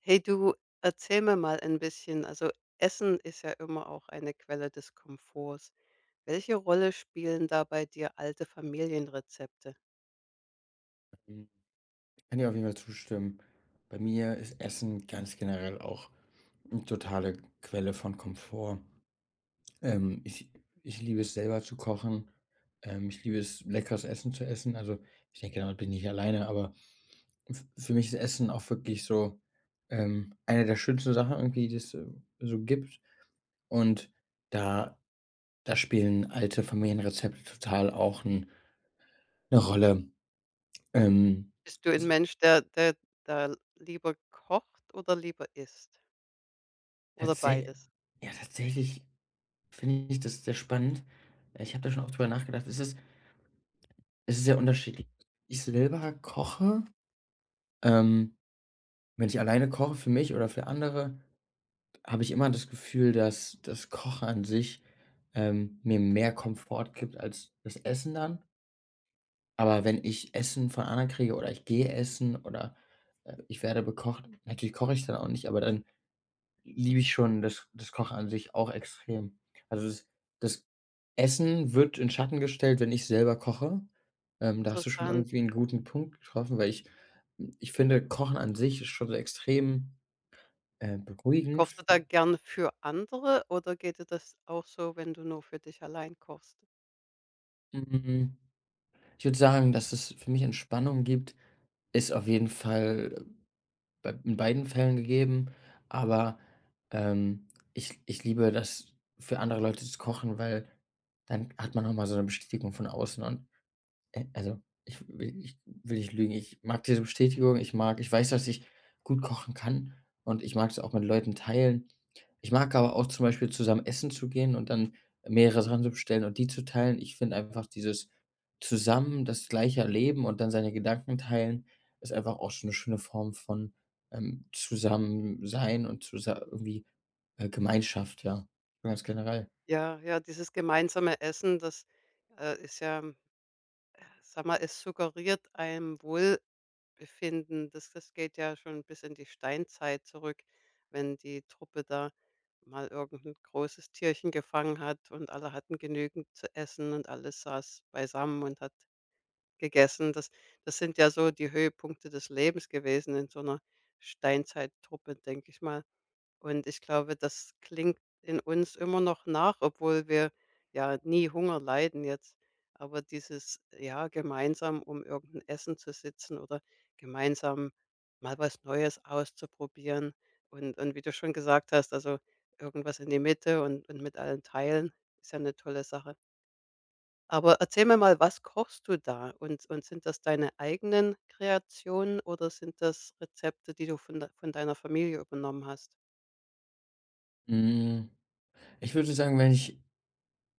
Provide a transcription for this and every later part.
Hey du, erzähl mir mal ein bisschen. Also Essen ist ja immer auch eine Quelle des Komforts. Welche Rolle spielen da bei dir alte Familienrezepte? Mhm. Kann dir auf jeden Fall zustimmen. Bei mir ist Essen ganz generell auch eine totale Quelle von Komfort. Ähm, ich ich liebe es selber zu kochen. Ich liebe es, leckeres Essen zu essen. Also, ich denke, damit bin ich nicht alleine, aber f für mich ist Essen auch wirklich so, eine der schönsten Sachen irgendwie, die es so gibt. Und da da spielen alte Familienrezepte total auch 'n 'ne Rolle. Ähm, Bist du ein s Mensch, der lieber kocht oder lieber isst? Oder tatsä beides? Ja, tatsächlich finde ich das sehr spannend. Ich habe da schon oft drüber nachgedacht. Es ist sehr unterschiedlich. Ich selber koche ähm, Wenn ich alleine koche für mich oder für andere, habe ich immer das Gefühl, dass das Kochen an sich mir mehr Komfort gibt als das Essen dann. Aber wenn ich Essen von anderen kriege oder ich gehe essen oder ich werde bekocht, natürlich koche ich dann auch nicht, aber dann liebe ich schon das Kochen an sich auch extrem. Also, das Essen wird in Schatten gestellt, wenn ich selber koche. Da hast du schon Interessant. irgendwie einen guten Punkt getroffen, weil ich finde, Kochen an sich ist schon so extrem beruhigend. Kochst du da gern für andere oder geht dir das auch so, wenn du nur für dich allein kochst? Hm, Ich würde sagen, dass es für mich Entspannung gibt, ist auf jeden Fall bei in beiden Fällen gegeben, aber, ähm, ich liebe das, für andere Leute zu kochen, weil dann hat man noch mal so eine Bestätigung von außen. Und Also, ich will nicht lügen. Ich mag diese Bestätigung. Ich weiß, dass ich gut kochen kann, und ich mag es auch mit Leuten teilen. Ich mag aber auch zum Beispiel zusammen essen zu gehen und dann mehrere Sachen zu bestellen und die zu teilen. Ich finde einfach dieses zusammen das Gleiche erleben und dann seine Gedanken teilen, ist einfach auch so 'ne schöne Form von Zusammensein und zusa irgendwie Gemeinschaft, ja, ganz generell. Ja, ja, dieses gemeinsame Essen, das ist ja, sag mal, es suggeriert einem wohl befinden. Das geht ja schon bis in die Steinzeit zurück, wenn die Truppe da mal irgendein großes Tierchen gefangen hat und alle hatten genügend zu essen und alles saß beisammen und hat gegessen. Das sind ja so die Höhepunkte des Lebens gewesen in so einer Steinzeittruppe, denke ich mal. Und ich glaube, das klingt in uns immer noch nach, obwohl wir ja nie Hunger leiden jetzt. Aber dieses, ja, gemeinsam um irgendein Essen zu sitzen oder gemeinsam mal was Neues auszuprobieren, und wie du schon gesagt hast, also, irgendwas in die Mitte und mit allen teilen, ist ja eine tolle Sache. Aber erzähl mir mal, was kochst du da? Und sind das deine eigenen Kreationen oder sind das Rezepte, die du von deiner Familie übernommen hast? Hm, Ich würde sagen, wenn ich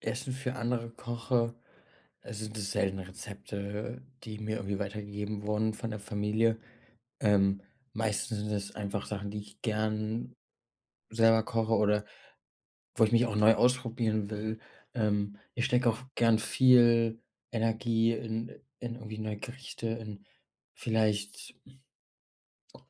Essen für andere koche. Es selten Rezepte, die mir irgendwie weitergegeben wurden von der Familie. Ähm, Meistens sind es einfach Sachen, die ich gern selber koche oder wo ich mich auch neu ausprobieren will. Ich stecke auch gern viel Energie in irgendwie neue Gerichte, in vielleicht,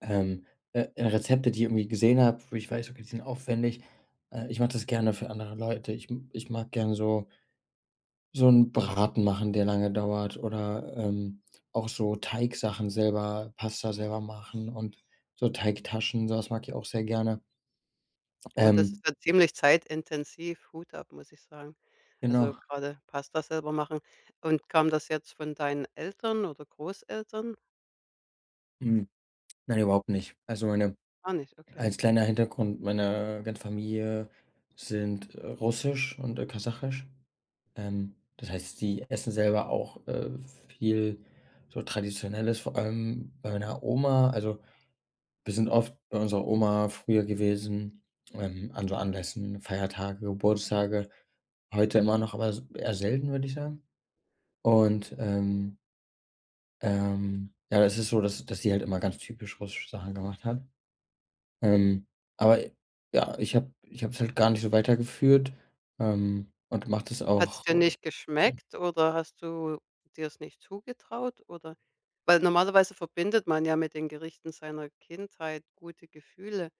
ähm, in Rezepte, die ich irgendwie gesehen habe, wo ich weiß, okay, die sind aufwendig. Ich mache das gerne für andere Leute. Ich mag gern so 'n Braten machen, der lange dauert, oder auch so Teigsachen, selber Pasta selber machen und so Teigtaschen, so was mag ich auch sehr gerne. Oh, das Ähm, ist ja ziemlich zeitintensiv. Hut ab, muss ich sagen. Also, genau. gerade Pasta selber machen. Und kam das jetzt von deinen Eltern oder Großeltern? Hm, nein, überhaupt nicht. Also, meine Gar nicht, okay. als kleiner Hintergrund, meine ganze Familie sind russisch und kasachisch. Das heißt, die essen selber auch viel so Traditionelles, vor allem bei meiner Oma. Also, wir sind oft bei unserer Oma früher gewesen an so Anlässen, Feiertage, Geburtstage, heute immer noch, aber s eher selten, würde ich sagen. Und ja, das ist so, dass sie halt immer ganz typisch russische Sachen gemacht hat. Ähm, aber ja, ich habe es halt gar nicht so weitergeführt und macht es Hat es auchdir nicht so geschmeckt oder hast du dir es nicht zugetraut oder weil normalerweise verbindet man ja mit den Gerichten seiner Kindheit gute Gefühle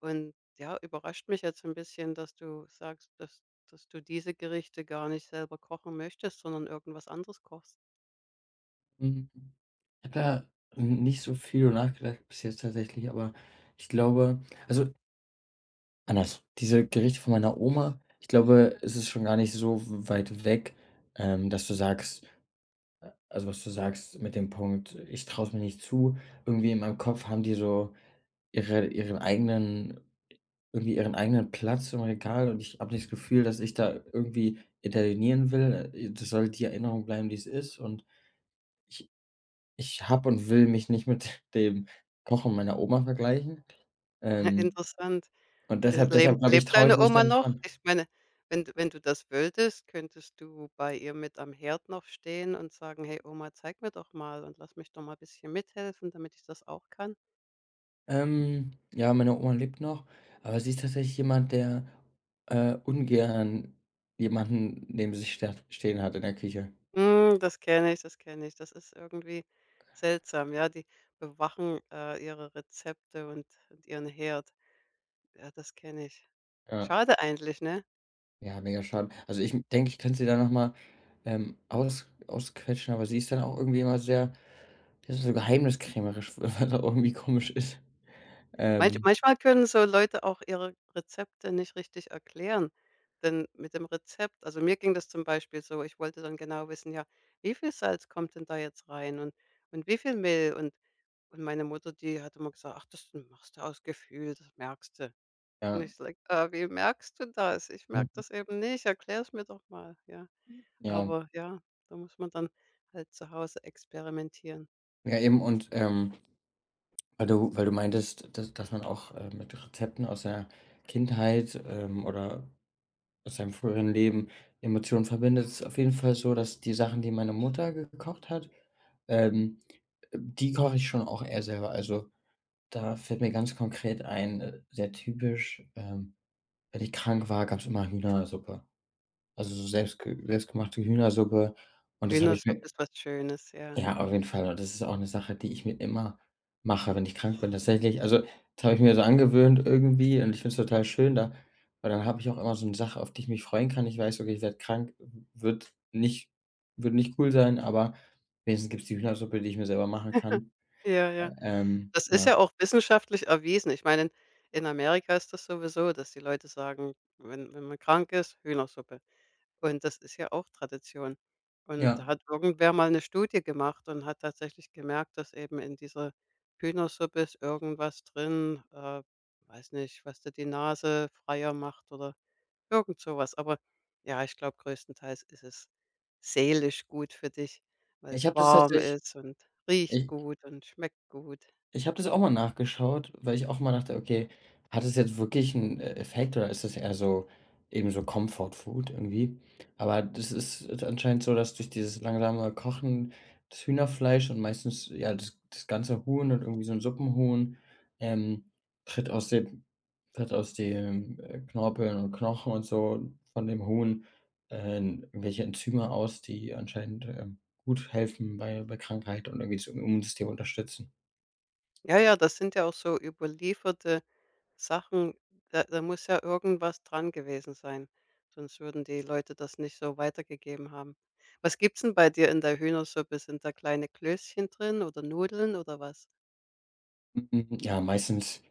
und ja, überrascht mich jetzt ein bisschen, dass du sagst, dass du diese Gerichte gar nicht selber kochen möchtest, sondern irgendwas anderes kochst. mhm. Ich habe da nicht so viel nachgedacht bis jetzt, tatsächlich, aber ich glaube also Anders. Diese Gerichte von meiner Oma, ich glaube, es ist schon gar nicht so weit weg, dass du sagst also, was du sagst mit dem Punkt: „Ich traue es mir nicht zu.“ Irgendwie in meinem Kopf haben die so ihren eigenen ihren eigenen Platz im Regal, und ich habe nicht das Gefühl, dass ich da irgendwie intervenieren will. Das soll die Erinnerung bleiben, die es ist, und ich ich habe und will mich nicht mit dem Kochen meiner Oma vergleichen. Ähm, Interessant. und Äh, lebt deshalb glaube ich, lebt traue ich deine mich da Oma nicht noch? ran. Ich meine, wenn du das würdest, könntest du bei ihr mit am Herd noch stehen und sagen: „Hey Oma, zeig mir doch mal und lass mich doch mal ein bisschen mithelfen, damit ich das auch kann?“ Ja, meine Oma lebt noch, aber sie ist tatsächlich jemand, der ungern jemanden neben sich sta stehen hat in der Küche. Hm, das kenne ich. Das ist irgendwie seltsam, ja? Die bewachen, ihre Rezepte und ihren Herd. Ja, das kenne ich. Ja. Schade eigentlich, ne? Ja, mega schade. Also, ich denke, ich könnte sie da noch mal, aus ausquetschen, aber sie ist dann auch irgendwie immer sehr die ist so geheimniskrämerisch, was auch irgendwie komisch ist. Manch Ähm, manchmal können so Leute auch ihre Rezepte nicht richtig erklären, denn mit dem Rezept also, mir ging das zum Beispiel so, ich wollte dann genau wissen, ja, wie viel Salz kommt denn da jetzt rein und wie viel Mehl? Und meine Mutter, die hat immer gesagt: „Ach, das machst du aus Gefühl, das merkst du.“ Und ja. ich so like: „Ah, wie merkst du das? Ich merke Mhm. das eben nicht, erklär es mir doch mal.“ Ja, Ja. aber ja, da muss man dann halt zu Hause experimentieren. Ja, eben, und weil du meintest, dass man auch mit Rezepten aus der Kindheit oder aus seinem früheren Leben Emotionen verbindet, ist auf jeden Fall so, dass die Sachen, die meine Mutter gekocht hat, ähm, die koche ich schon auch eher selber. Also, da fällt mir ganz konkret ein sehr typisch wenn ich krank war, gab es immer Hühnersuppe. Also, so selbstgemachte Hühnersuppe, und das habe ich mir. Hühnersuppe ist was Schönes, ja. Ja, auf jeden Fall. Und das ist auch eine Sache, die ich mir immer mache, wenn ich krank bin, tatsächlich. Also, das habe ich mir so angewöhnt irgendwie, und ich finde es total schön da, weil dann habe ich auch immer so eine Sache, auf die ich mich freuen kann. Ich weiß, okay, ich werde krank, wird nicht wird nicht cool sein, aber wenigstens gibt's die Hühnersuppe, die ich mir selber machen kann. Ja, ja. Das ist Ja. ja auch wissenschaftlich erwiesen. Ich meine, in Amerika ist das sowieso, dass die Leute sagen, wenn man krank ist, Hühnersuppe. Und das ist ja auch Tradition. Und da Ja, hat irgendwer mal eine Studie gemacht und hat tatsächlich gemerkt, dass eben in dieser Hühnersuppe ist irgendwas drin, weiß nicht, was dir die Nase freier macht oder irgend so was. Aber ja, ich glaube, größtenteils ist es seelisch gut für dich, weil ich es habe das warm tatsächlich ist und riecht ich gut und schmeckt gut. Ich habe das auch mal nachgeschaut, weil ich auch mal dachte: „Okay, hat es jetzt wirklich einen Effekt oder ist das eher so so Comfort Food irgendwie?“ Aber das ist anscheinend so, dass durch dieses langsame Kochen das Hühnerfleisch und meistens, ja, das ganze Huhn und irgendwie so ein Suppenhuhn, ähm, tritt aus dem tritt aus dem Knorpeln und Knochen und so von dem Huhn irgendwelche Enzyme aus, die anscheinend gut helfen bei Krankheit und irgendwie das Immunsystem unterstützen. Ja, ja, das sind ja auch so überlieferte Sachen. Da muss ja irgendwas dran gewesen sein, sonst würden die Leute das nicht so weitergegeben haben. Was gibt's denn bei dir in der Hühnersuppe? Sind da kleine Klößchen drin oder Nudeln oder was? Ja,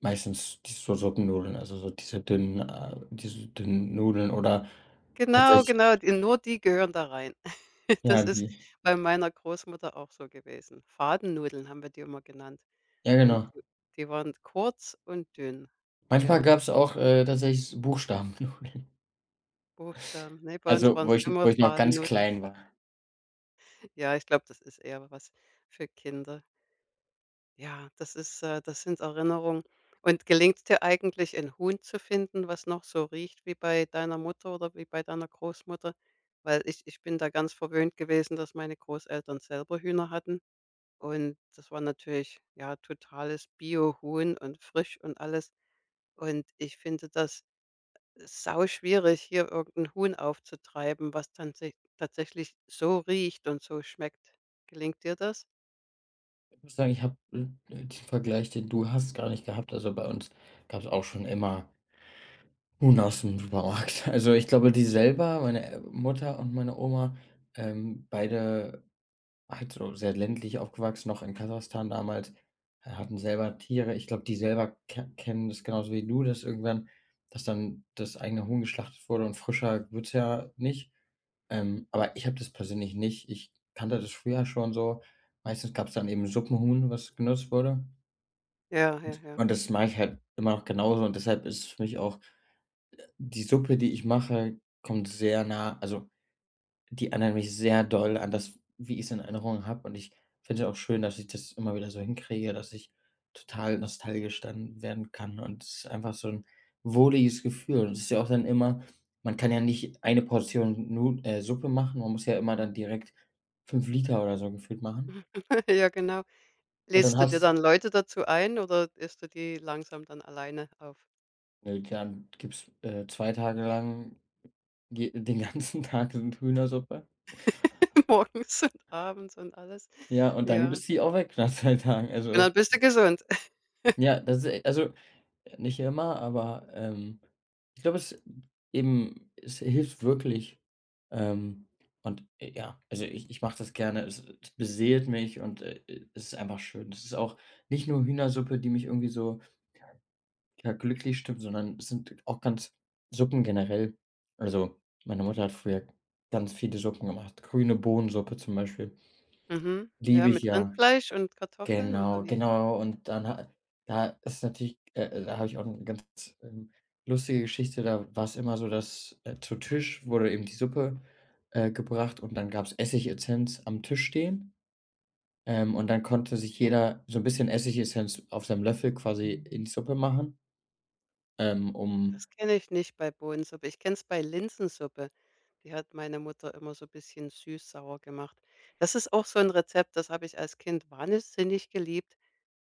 meistens die so Suppennudeln, also so diese dünnen Nudeln oder Genau, tatsächlich, genau, die gehören da rein. ja, Das ist die, bei meiner Großmutter auch so gewesen. Fadennudeln haben wir die immer genannt ja, und genau. d die waren kurz und dünn. Manchmal Ja, gab's auch tatsächlich so Buchstabennudeln. Buchstaben. Ne, bei uns Also, waren's immer wo ich noch ganz Fadennudeln. klein war. Ja, ich glaube, das ist eher was für Kinder. Ja, das ist das sind Erinnerungen. Und gelingt es dir eigentlich, ein Huhn zu finden, was noch so riecht wie bei deiner Mutter oder wie bei deiner Großmutter? Weil ich bin da ganz verwöhnt gewesen, dass meine Großeltern selber Hühner hatten und das war natürlich, ja, totales Biohuhn und frisch und alles. Und ich finde das sau schwierig, hier irgendein Huhn aufzutreiben, was tansäch tatsächlich so riecht und so schmeckt. Gelingt dir das? Ich muss sagen, ich habe den Vergleich, den du hast, gar nicht gehabt. Also, bei uns gab's auch schon immer Huhn aus dem Supermarkt. Also, ich glaube, die selber meine Mutter und meine Oma beide. Also, sehr ländlich aufgewachsen, noch in Kasachstan damals hatten selber Tiere. Ich glaube, die selber ke kennen das genauso wie du, dass irgendwann dass dann das eigene Huhn geschlachtet wurde und frischer wird's ja nicht. Aber ich habe das persönlich nicht. Ich kannte das früher schon so. Meistens gab's dann eben Suppenhuhn, was genutzt wurde. Ja, ja, ja. Und das mache ich halt immer noch genauso, und deshalb ist für mich auch die Suppe, die ich mache, kommt sehr nah. Also, die erinnern mich sehr doll an das, wie ich es in Erinnerung habe, und ich finde es auch schön, dass ich das immer wieder so hinkriege, dass ich total nostalgisch dann werden kann, und es ist einfach so ein wohliges Gefühl. Und es ist ja auch dann immer, man kann ja nicht eine Portion Nu Suppe machen, man muss ja immer dann direkt 5 Liter oder so gefühlt machen, Ja, genau. und dann Lädst du dir hast dann Leute dazu ein oder isst du die langsam dann alleine auf? du dann gibt's 2 Tage lang je den ganzen Tag sind Hühnersuppe. Morgens und abends und alles. Ja, und dann Ja. bist die auch weg nach 2 Tagen. Und Also, dann bist du gesund. ja, das ist also nicht immer, aber ich glaube, es eben es hilft wirklich, ähm, und ja, also ich mache das gerne. Es beseelt mich, und es ist einfach schön. Es ist auch nicht nur Hühnersuppe, die mich irgendwie so, ja, glücklich stimmt, sondern es sind auch ganz Suppen generell. Also, meine Mutter hat früher ganz viele Suppen gemacht. Grüne Bohnensuppe zum Beispiel, Mhm. Ja, liebe ich mit ja. Rindfleisch und Kartoffeln oder Genau, wie? genau. Und dann ha da ist natürlich, da habe ich auch eine ganz, ähm, lustige Geschichte. Da war es immer so, dass zu Tisch wurde eben die Suppe gebracht, und dann gab es Essigessenz am Tisch stehen. Und dann konnte sich jeder so ein bisschen Essigessenz auf seinem Löffel quasi in die Suppe machen, um Das kenne ich nicht bei Bohnensuppe. Ich kenne es bei Linsensuppe. Die hat meine Mutter immer so ein bisschen süß-sauer gemacht. Das ist auch so ein Rezept, das habe ich als Kind wahnsinnig geliebt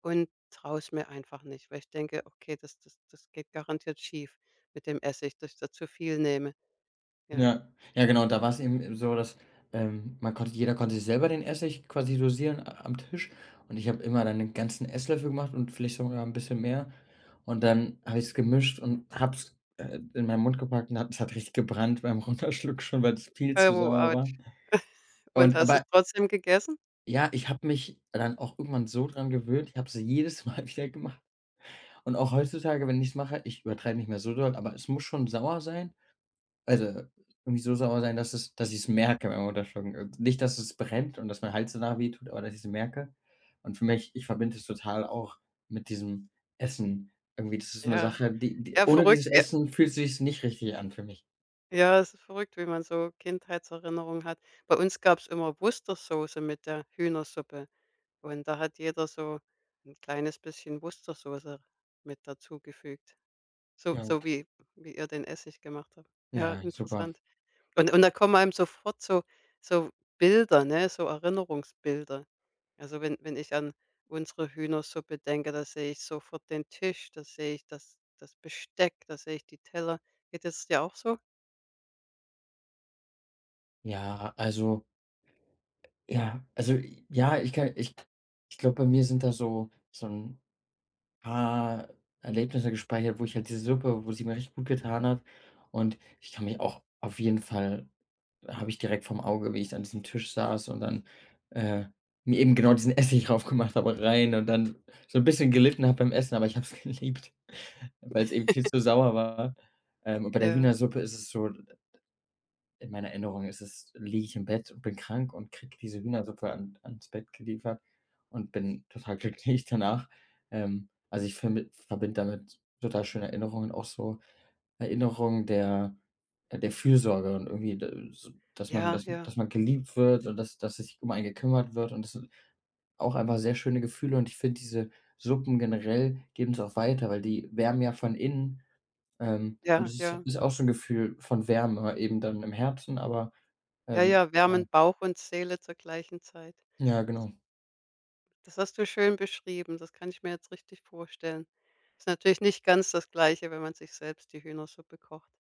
und traue es mir einfach nicht, weil ich denke: „Okay, das geht garantiert schief mit dem Essig, dass ich da zu viel nehme.“ Ja. Ja. Ja, genau. Und da war es eben so, dass man konnte jeder konnte sich selber den Essig quasi dosieren a am Tisch, und ich habe immer dann den ganzen Esslöffel gemacht und vielleicht sogar ein bisschen mehr, und dann habe ich es gemischt und habe es in meinen Mund gepackt, und hat richtig gebrannt beim Runterschluck schon, weil es viel zu Oh, sauer war. Autsch. Und hast du's Aber trotzdem gegessen? ja, ich habe mich dann auch irgendwann so dran gewöhnt, ich habe es jedes Mal wieder gemacht, und auch heutzutage, wenn ich es mache, ich übertreibe nicht mehr so doll, aber es muss schon sauer sein, also irgendwie so sauer sein, dass ich's merke beim Runterschlucken. Und nicht, dass es brennt und dass mein Hals danach wehtut, aber dass ich's merke. Und für mich ich verbinde es total auch mit diesem Essen. Irgendwie, das ist so 'ne Ja. Sache, die die Ja, ohne verrückt, dieses wie Essen fühlt sich's nicht richtig an für mich. ja, es ist verrückt, wie man so Kindheitserinnerungen hat. Bei uns gab es immer Worcestersoße mit der Hühnersuppe. Und da hat jeder so ein kleines bisschen Wustersoße mit dazugefügt, so so Ja. wie wie ihr den Essig gemacht habt. Ja, Ja, super. interessant. Und da kommen einem sofort so so Bilder, ne, so Erinnerungsbilder. Also, wenn ich an unsere Hühnersuppe denke, da sehe ich sofort den Tisch, da sehe ich das Besteck, da sehe ich die Teller. Geht es dir auch so? Ja, also ja, also, ja, ich kann ich ich glaube, bei mir sind da so 'n paar Erlebnisse gespeichert, wo ich halt diese Suppe, wo sie mir richtig gut getan hat. Und ich kann mich auch Auf jeden Fall habe ich direkt vorm Auge, wie ich an diesem Tisch saß und dann, äh, mir eben genau diesen Essig draufgemacht habe rein und dann so ein bisschen gelitten habe beim Essen, aber ich habe es geliebt, weil es eben viel zu sauer war. Und bei der Ja. Hühnersuppe ist es so. In meiner Erinnerung ist es liege ich im Bett und bin krank und kriege diese Hühnersuppe an ans Bett geliefert und bin total glücklich danach. Also, ich vermi verbinde damit total schöne Erinnerungen, auch so Erinnerungen der Fürsorge und irgendwie d so, dass man Ja, ja, dass man geliebt wird und dass sich um einen gekümmert wird, und das sind auch einfach sehr schöne Gefühle, und ich finde, diese Suppen generell geben es auch weiter, weil die wärmen ja von innen und ja, es ist ja. ist auch so 'n Gefühl von Wärme eben dann im Herzen, aber Ja, ja, ja. wärmen Bauch und Seele zur gleichen Zeit. Ja, genau. Das hast du schön beschrieben. Das kann ich mir jetzt richtig vorstellen. Ist natürlich nicht ganz das Gleiche, wenn man sich selbst die Hühnersuppe kocht,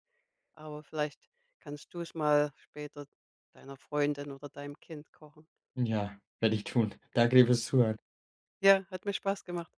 aber vielleicht kannst du es mal später deiner Freundin oder deinem Kind kochen. Ja, werde ich tun. Danke dir fürs Zuhören. Ja, hat mir Spaß gemacht.